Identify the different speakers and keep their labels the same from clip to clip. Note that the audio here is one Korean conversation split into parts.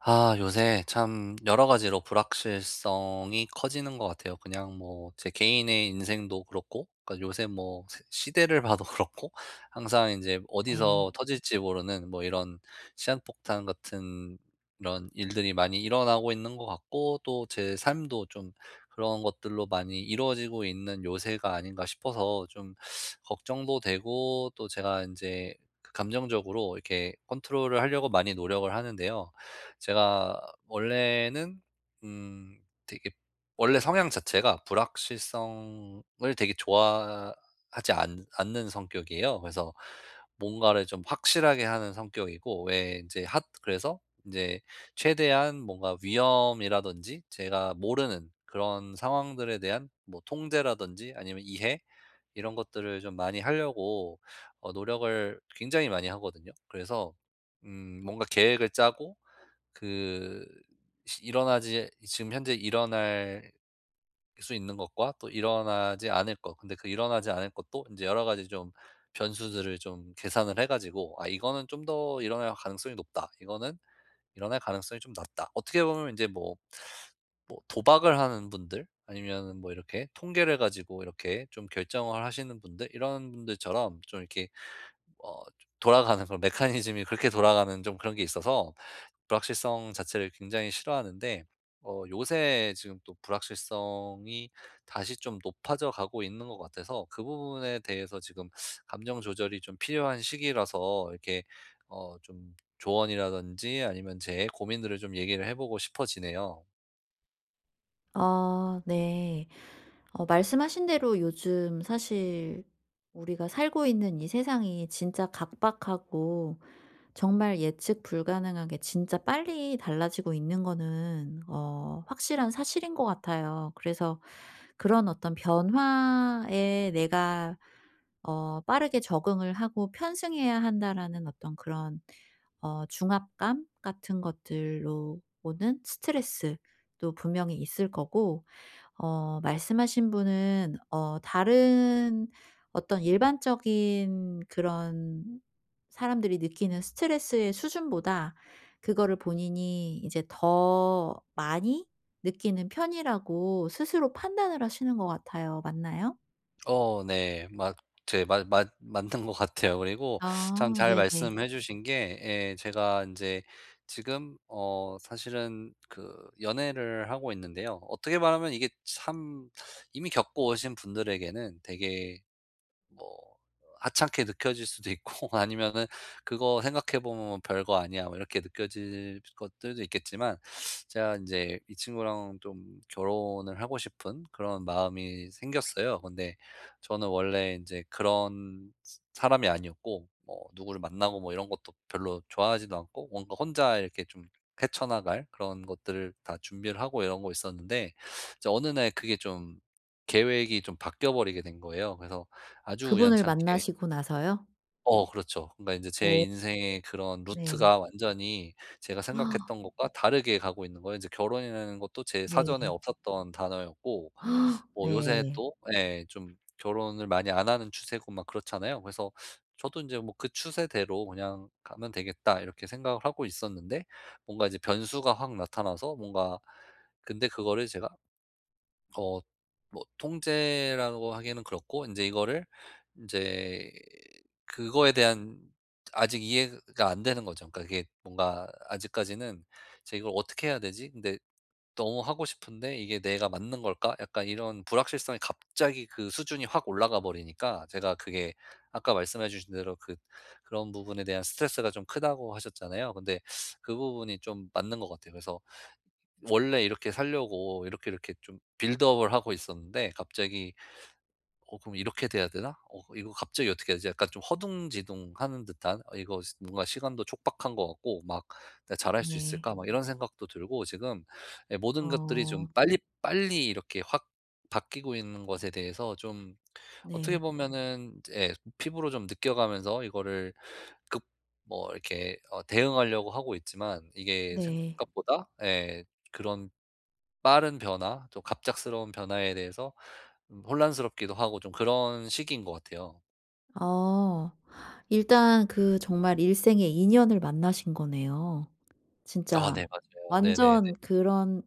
Speaker 1: 아, 요새 참 여러 가지로 불확실성이 커지는 것 같아요. 그냥 뭐 제 개인의 인생도 그렇고, 그러니까 요새 뭐 세 시대를 봐도 그렇고, 항상 이제
Speaker 2: 네.
Speaker 1: 어디서 터질지 모르는 뭐 이런 시한폭탄 같은 이런 일들이 많이 일어나고 있는 것 같고, 또 제 삶도 좀 그런 것들로 많이 이루어지고 있는 요새가 아닌가 싶어서 좀 걱정도 되고, 또 제가 이제 감정적으로 이렇게 컨트롤을 하려고 많이 노력을 하는데요. 제가 원래는 음 되게 원래 성향 자체가 불확실성을 되게 좋아하지 않 않는 성격이에요. 그래서 뭔가를 좀 확실하게 하는 성격이고, 왜 이제 핫 그래서 이제 최대한 뭔가 위험이라든지 제가 모르는 그런 상황들에 대한 뭐 통제라든지 아니면 이해, 이런 것들을 좀 많이 하려고 노력을 굉장히 많이 하거든요. 그래서 뭔가 계획을 짜고, 그 시 일어나지 지금 현재 일어날 수 있는 것과 또 일어나지 않을 것, 근데 그 일어나지 않을 것도 이제 여러 가지 좀 변수들을 좀 계산을 해 가지고 '아, 이거는 좀 더 일어날 가능성이 높다. 이거는 일어날 가능성이 좀 낮다.' 어떻게 보면 이제 뭐 도박을 하는 분들, 아니면 뭐 이렇게 통계를 가지고 이렇게 좀 결정을 하시는 분들, 이런 분들처럼 좀 이렇게 어 돌아가는 그런 메커니즘이 그렇게 돌아가는 좀 그런 게 있어서 불확실성 자체를 굉장히 싫어하는데, 요새 지금 또 불확실성이 다시 좀 높아져 가고 있는 것 같아서 그 부분에 대해서 지금 감정 조절이 좀 필요한 시기라서, 이렇게 좀 조언이라든지 아니면 제 고민들을 좀 얘기를 해 보고 싶어지네요.
Speaker 2: 아 네. 말씀하신 대로 요즘 사실 우리가 살고 있는 이 세상이 진짜 각박하고 정말 예측 불가능하게 진짜 빨리 달라지고 있는 거는 확실한 사실인 것 같아요. 그래서 그런 어떤 변화에 내가 빠르게 적응을 하고 편승해야 한다라는 어떤 그런 중압감 같은 것들로 오는 스트레스도 분명히 있을 거고 말씀하신 분은 다른 어떤 일반적인 그런 사람들이 느끼는 스트레스의 수준보다 그거를 본인이 이제 더 많이 느끼는 편이라고 스스로 판단을 하시는 것 같아요. 맞나요?
Speaker 1: 어, 네. 맞 제 맞 맞 맞는 것 같아요. 그리고 참
Speaker 2: 아
Speaker 1: 잘
Speaker 2: 네네.
Speaker 1: 말씀해 주신 게, 예, 제가 인제 지금 사실은 그 연애를 하고 있는데요. 어떻게 말하면 이게 참 이미 겪고 오신 분들에게는 되게 뭐 하찮게 느껴질 수도 있고 아니면은 '그거 생각해 보면 별거 아니야.' 뭐 이렇게 느껴질 것들도 있겠지만, 제가 이제 이 친구랑 좀 결혼을 하고 싶은 그런 마음이 생겼어요. 근데 저는 원래 이제 그런 사람이 아니었고, 뭐 누구를 만나고 뭐 이런 것도 별로 좋아하지도 않고, 뭔가 혼자 이렇게 좀 헤쳐나갈 그런 것들을 다 준비를 하고 이런 거 있었는데, 이제 어느 날 그게 좀 계획이 좀 바뀌어 버리게 된 거예요. 그래서 아주
Speaker 2: 그분을
Speaker 1: 우연찮게.
Speaker 2: 만나시고 나서요?
Speaker 1: 어, 그렇죠. 그러니까 인제 제
Speaker 2: 오,
Speaker 1: 인생의 그런
Speaker 2: 네.
Speaker 1: 루트가 완전히 제가 생각했던 것과 다르게 가고 있는 거예요. 인제 결혼이라는 것도 제
Speaker 2: 네.
Speaker 1: 사전에
Speaker 2: 네.
Speaker 1: 없었던 단어였고,
Speaker 2: 헉,
Speaker 1: 뭐 요새
Speaker 2: 네.
Speaker 1: 또 예 좀 결혼을 많이 안 하는 추세고 막 그렇잖아요. 그래서 저도 인제 뭐 '그 추세대로 그냥 가면 되겠다.' 이렇게 생각을 하고 있었는데, 뭔가 이제 변수가 확 나타나서 뭔가, 근데 그거를 제가 어 뭐 통제라고 하기에는 그렇고, 이제 이거를 이제 그거에 대한 아직 이해가 안 되는 거죠. 그러니까 이게 뭔가 아직까지는 '제가 이걸 어떻게 해야 되지?' 근데 너무 하고 싶은데 '이게 내가 맞는 걸까?' 약간 이런 불확실성이 갑자기 그 수준이 확 올라가 버리니까, 제가 그게 아까 말씀해 주신 대로 그런 부분에 대한 스트레스가 좀 크다고 하셨잖아요. 근데 그 부분이 좀 맞는 것 같아요. 그래서 원래 이렇게 살려고 이렇게 좀 빌드업을 하고 있었는데, 갑자기 '어, 그럼 이렇게 돼야 되나? 어, 이거 갑자기 어떻게 해야 되지?' 약간 좀 허둥지둥하는 듯한. 이거 시 뭔가 시간도 촉박한 것 같고 막 '내가 잘할 수
Speaker 2: 네.
Speaker 1: 있을까?' 막 이런 생각도 들고 지금, 예, 모든 것들이 좀
Speaker 2: 어
Speaker 1: 빨리빨리 이렇게 확 바뀌고 있는 것에 대해서 좀, 어떻게
Speaker 2: 네.
Speaker 1: 보면은 예 피부로 좀 느껴가면서 이거를 급 뭐 이렇게 대응하려고 하고 있지만 이게
Speaker 2: 네.
Speaker 1: 생각보다, 예, 그런 빠른 변화 또 갑작스러운 변화에 대해서 혼란스럽기도 하고 좀 그런 시기인 것 같아요.
Speaker 2: 어. 일단 그 정말 일생의 인연을 만나신 거네요.
Speaker 1: 아,
Speaker 2: 진짜
Speaker 1: 네, 맞아요. 네네네.
Speaker 2: 완전 그런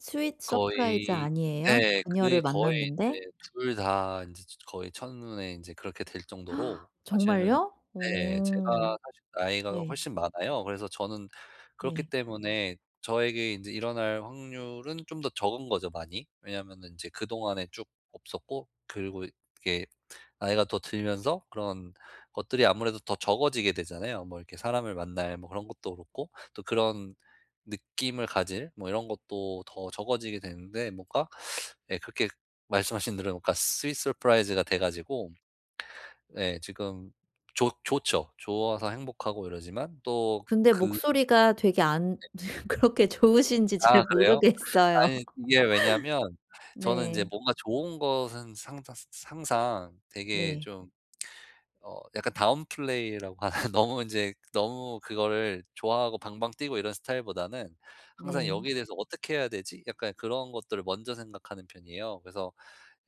Speaker 2: 스윗 서프라이즈
Speaker 1: 거의.
Speaker 2: 아니에요?
Speaker 1: 예. 그
Speaker 2: 그녀를
Speaker 1: 거의 이
Speaker 2: 만났는데?
Speaker 1: 제 둘 다 인제 저 거의 첫눈에 인제 그렇게 될 정도로 사실은.
Speaker 2: 정말요?
Speaker 1: 네.
Speaker 2: 오
Speaker 1: 제가 사실 나이가
Speaker 2: 네.
Speaker 1: 훨씬 많아요. 그래서 저는 그렇기
Speaker 2: 네.
Speaker 1: 때문에 저에게 인제 일어날 확률은 좀 더 적은 거죠, 많이. 왜냐하면은 인제 그동안에 쭉 없었고, 그리고 이게 나이가 더 들면서 그런 것들이 아무래도 더 적어지게 되잖아요. 뭐 이렇게 사람을 만날 뭐 그런 것도 그렇고, 또 그런 느낌을 가질 뭐 이런 것도 더 적어지게 되는데, 뭔가, 예, 그렇게 말씀하신 대로 뭔가 sweet surprise가 돼 가지고, 예, 지금 좋 좋죠. 좋아서 행복하고 이러지만 또
Speaker 2: 근데
Speaker 1: 그.
Speaker 2: 목소리가 되게 안 그렇게 좋으신지 잘
Speaker 1: 아, 그래요?
Speaker 2: 모르겠어요.
Speaker 1: 아니 이게 왜냐면 저는 인제
Speaker 2: 네.
Speaker 1: 뭔가 좋은 것은 상상 항상 되게
Speaker 2: 네.
Speaker 1: 좀 약간 다운 플레이라고 하나, 너무 이제 너무 그거를 좋아하고 방방 뛰고 이런 스타일보다는, 항상
Speaker 2: 네.
Speaker 1: 여기에 대해서 '어떻게 해야 되지?' 약간 그런 것들을 먼저 생각하는 편이에요. 그래서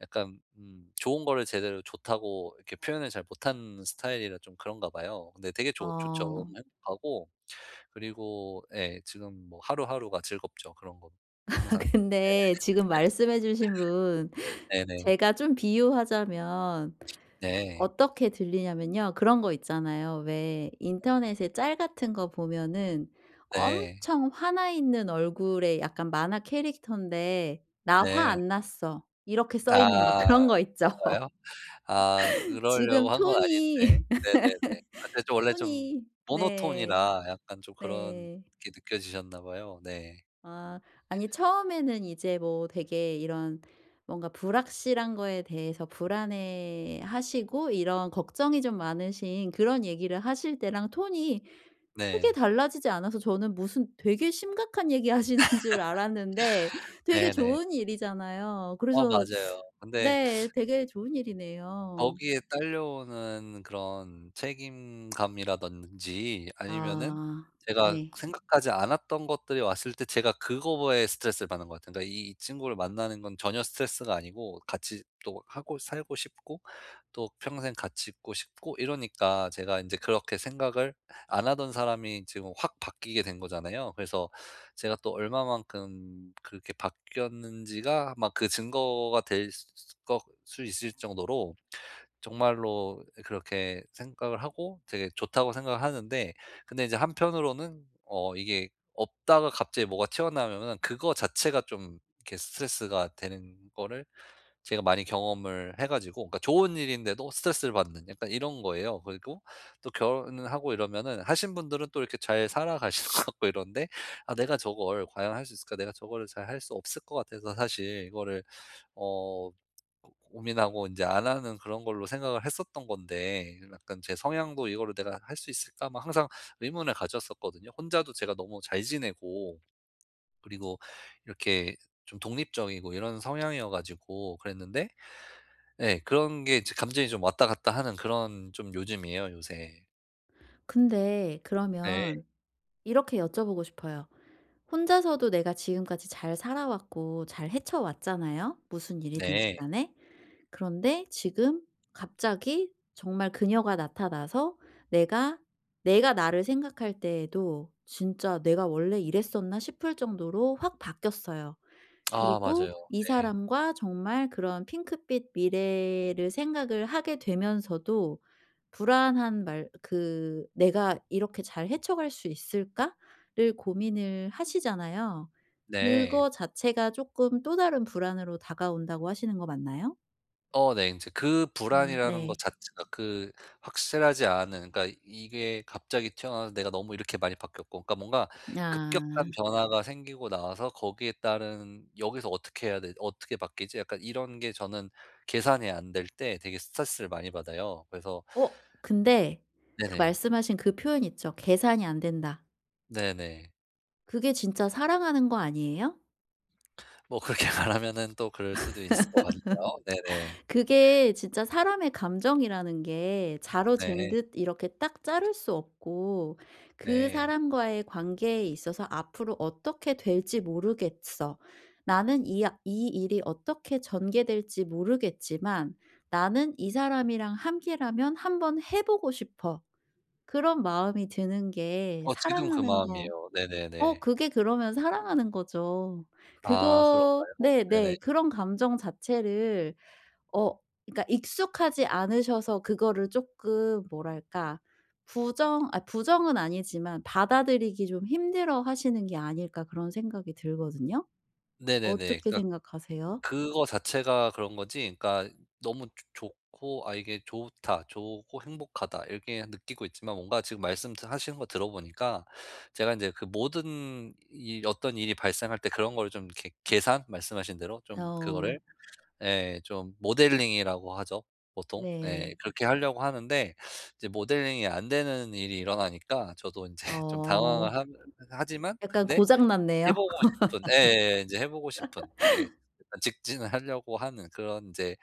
Speaker 1: 약간 좋은 거를 제대로 좋다고 이렇게 표현을 잘 못하는 스타일이라 좀 그런가 봐요. 근데 되게 좋 좋죠. 너무
Speaker 2: 어.
Speaker 1: 행복하고, 그리고, 예, 지금 뭐 하루하루가 즐겁죠. 그런 거 항상.
Speaker 2: 근데 지금 말씀해 주신 분
Speaker 1: 네네.
Speaker 2: 제가 좀 비유하자면
Speaker 1: 네.
Speaker 2: 어떻게 들리냐면요. 그런 거 있잖아요. 왜 인터넷에 짤 같은 거 보면은
Speaker 1: 네.
Speaker 2: 엄청 화나 있는 얼굴의 약간 만화 캐릭터인데 "나 화
Speaker 1: 네.
Speaker 2: 안 났어." 이렇게 써 있는 막
Speaker 1: 아,
Speaker 2: 그런 거 있죠.
Speaker 1: 그런가요? 아,
Speaker 2: 지금
Speaker 1: 그러려고 한 건
Speaker 2: 톤이
Speaker 1: 아닌데. 네네네. 아, 제가 좀 원래 좀
Speaker 2: 톤이 네.
Speaker 1: 모노톤이라 약간 좀 그런
Speaker 2: 네.
Speaker 1: 게 느껴지셨나 봐요. 네.
Speaker 2: 아 아니 처음에는 이제 뭐 되게 이런 뭔가 불확실한 거에 대해서 불안해하시고 이런 걱정이 좀 많으신 그런 얘기를 하실 때랑 톤이 크게
Speaker 1: 네.
Speaker 2: 달라지지 않아서 저는 무슨 되게 심각한 얘기 하시는 줄 알았는데 되게
Speaker 1: 네네.
Speaker 2: 좋은 일이잖아요.
Speaker 1: 어,
Speaker 2: 그래서
Speaker 1: 맞아요. 근데
Speaker 2: 네 되게 좋은 일이네요.
Speaker 1: 거기에 딸려오는 그런 책임감이라든지 아니면은
Speaker 2: 아
Speaker 1: 제가
Speaker 2: 네.
Speaker 1: 생각하지 않았던 것들이 왔을 때 제가 그거에 스트레스를 받는 것 같아요. 그러니까 이 친구를 만나는 건 전혀 스트레스가 아니고 같이 또 하고 살고 싶고 또 평생 같이 있고 싶고, 이러니까 제가 이제 그렇게 생각을 안 하던 사람이 지금 확 바뀌게 된 거잖아요. 그래서 제가 또 얼마만큼 그렇게 바뀌었는지가 아마 그 증거가 될 수 있을 정도로, 정말로 그렇게 생각을 하고 되게 좋다고 생각을 하는데, 근데 이제 한편으로는 이게 없다가 갑자기 뭐가 튀어나오면은 그거 자체가 좀 이렇게 스트레스가 되는 거를 제가 많이 경험을 해 가지고, 그러니까 좋은 일인데도 스트레스를 받는 약간 이런 거예요. 그리고 또 결혼을 하고 이러면은 하신 분들은 또 이렇게 잘 살아가시는 것 같고 이런데, '아, 내가 저걸 과연 할 수 있을까? 내가 저거를 잘 할 수 없을 것 같아서 사실 이거를 어 고 고민하고 이제 안 하는 그런 걸로 생각을 했었던 건데, 약간 제 성향도 이거를 내가 할 수 있을까?' 막 항상 의문을 가졌었거든요. 혼자도 제가 너무 잘 지내고, 그리고 이렇게 좀 독립적이고 이런 성향이어 가지고 그랬는데, 네, 그런 게 이제 감정이 좀 왔다 갔다 하는 그런 좀 요즘이에요, 요새.
Speaker 2: 근데
Speaker 1: 네.
Speaker 2: 그러면 이렇게 여쭤보고 싶어요. 혼자서도 내가 지금까지 잘 살아왔고 잘 헤쳐왔잖아요, 무슨 일이든지
Speaker 1: 네.
Speaker 2: 간에. 그런데 지금 갑자기 정말 그녀가 나타나서 내가, 내가 나를 생각할 때에도 진짜 '내가 원래 이랬었나?' 싶을 정도로 확 바뀌었어요.
Speaker 1: 아,
Speaker 2: 그리고
Speaker 1: 맞아요.
Speaker 2: 이
Speaker 1: 네.
Speaker 2: 사람과 정말 그런 핑크빛 미래를 생각을 하게 되면서도 불안한 말 그 '내가 이렇게 잘 헤쳐갈 수 있을까?'를 고민을 하시잖아요.
Speaker 1: 네.
Speaker 2: 그거 자체가 조금 또 다른 불안으로 다가온다고 하시는 거 맞나요?
Speaker 1: 어, 네. 인제 그
Speaker 2: 음.
Speaker 1: 불안이라는 것,
Speaker 2: 네.
Speaker 1: 네, 자체가 그 확실하지 않은, 그러니까 이게 갑자기 튀어나와서 내가 너무 이렇게 많이 바뀌었고, 그러니까 뭔가 급격한
Speaker 2: 아.
Speaker 1: 변화가 생기고 나서 거기에 따른 '여기서 어떻게 해야 되 어떻게 바뀌지?' 약간 이런 게 저는 계산이 안 될 때 되게 스트레스를 많이 받아요. 그래서.
Speaker 2: 근데 그
Speaker 1: 네네.
Speaker 2: 말씀하신 그 표현 있죠. "계산이 안 된다."
Speaker 1: 네네.
Speaker 2: 그게 진짜 사랑하는 거 아니에요?
Speaker 1: 뭐 그렇게 말하면은 또 그럴 수도 있을 것 같네요. 네네.
Speaker 2: 그게 진짜 사람의 감정이라는 게 자로 잰
Speaker 1: 네.
Speaker 2: 듯 이렇게 딱 자를 수 없고 그
Speaker 1: 네.
Speaker 2: 사람과의 관계에 있어서 '앞으로 어떻게 될지 모르겠어. 나는 이 아 이 일이 어떻게 전개될지 모르겠지만 나는 이 사람이랑 함께라면 한번 해 보고 싶어.' 그런 마음이 드는 게
Speaker 1: 어, 지금 그
Speaker 2: 사랑하는 거
Speaker 1: 마음이에요. 네네네.
Speaker 2: 그게 그러면 사랑하는 거죠.
Speaker 1: 아,
Speaker 2: 그거
Speaker 1: 그런가요? 네네.
Speaker 2: 네네. 그런 감정 자체를 어 그러니까 익숙하지 않으셔서 그거를 쪼끔 뭐랄까 부정 아 부정은 아니지만 '받아들이기 좀 힘들어 하시는 게 아닐까.' 그런 생각이 들거든요.
Speaker 1: 네네네.
Speaker 2: 어떻게
Speaker 1: 그러니까
Speaker 2: 생각하세요?
Speaker 1: 그거 자체가 그런 거지. 그러니까 너무 좋 좋고 '아, 이게 좋다. 좋고 행복하다.' 이렇게 느끼고 있지만, 뭔가 지금 말씀 하시는 거 들어보니까 제가 이제 그 모든, 이 어떤 일이 발생할 때 그런 거를 좀 이렇게 계산, 말씀하신 대로 좀
Speaker 2: 어
Speaker 1: 그거를, 예, 좀 모델링이라고 하죠 보통.
Speaker 2: 네.
Speaker 1: 예, 그렇게 하려고 하는데 이제 모델링이 안 되는 일이 일어나니까 저도 이제 좀
Speaker 2: 어
Speaker 1: 당황을 하지만,
Speaker 2: 약간
Speaker 1: 근데
Speaker 2: 고장
Speaker 1: 해
Speaker 2: 났네요.
Speaker 1: 보고 싶은 예 인제 해 보고 싶은 예, 약간 직진을 하려고 하는 그런 인제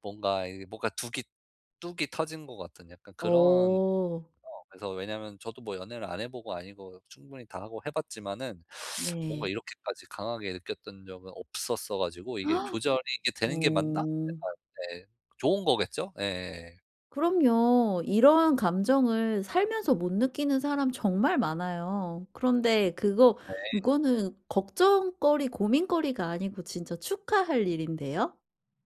Speaker 1: 뭔가 이 뭔가 둑이 뚝이 터진 것 같은 약간
Speaker 2: 어
Speaker 1: 그런. 어, 그래서 왜냐면 저도 뭐 연애를 안 해 보고 아니고 충분히 다 하고 해 봤지만은, 뭔가
Speaker 2: 네.
Speaker 1: 이렇게까지 강하게 느꼈던 적은 없었어 가지고 이게 조절이 이게 되는 게 맞나?
Speaker 2: 어.
Speaker 1: 약간. 네. 좋은 거겠죠? 예예예.
Speaker 2: 그럼요. 이러한 감정을 살면서 못 느끼는 사람 정말 많아요. 그런데 그거 이거는 걱정거리, 고민거리가 아니고 진짜 축하할 일인데요.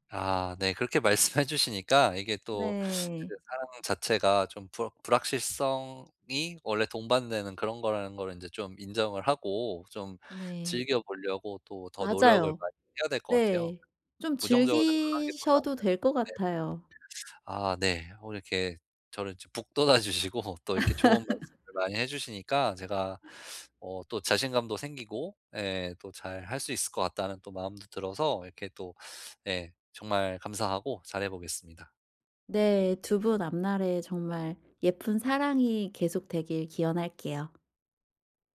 Speaker 1: 아, 네. 그렇게 말씀해 주시니까 이게 또
Speaker 2: 네.
Speaker 1: 그 사랑 자체가 좀 불확실성이 원래 동반되는 그런 거라는 걸이 인제 좀 인정을 하고, 좀
Speaker 2: 네.
Speaker 1: 즐겨 보려고 또 더 노력을
Speaker 2: 맞아요.
Speaker 1: 많이 해야 될 것 같아요.
Speaker 2: 네. 좀
Speaker 1: 부정적으로 생각하기보다는.
Speaker 2: 즐기셔도 될 것 같아요.
Speaker 1: 아, 네. 이렇게 저를 이제 북돋아 주시고, 또 이렇게 좋은 말씀을 많이 해 주시니까 제가 또 자신감도 생기고, 예, 또 '잘 할 수 있을 것 같다.'는 또 마음도 들어서 이렇게 또, 예, 정말 감사하고 잘해 보겠습니다.
Speaker 2: 네. 두 분 앞날에 정말 예쁜 사랑이 계속되길 기원할게요.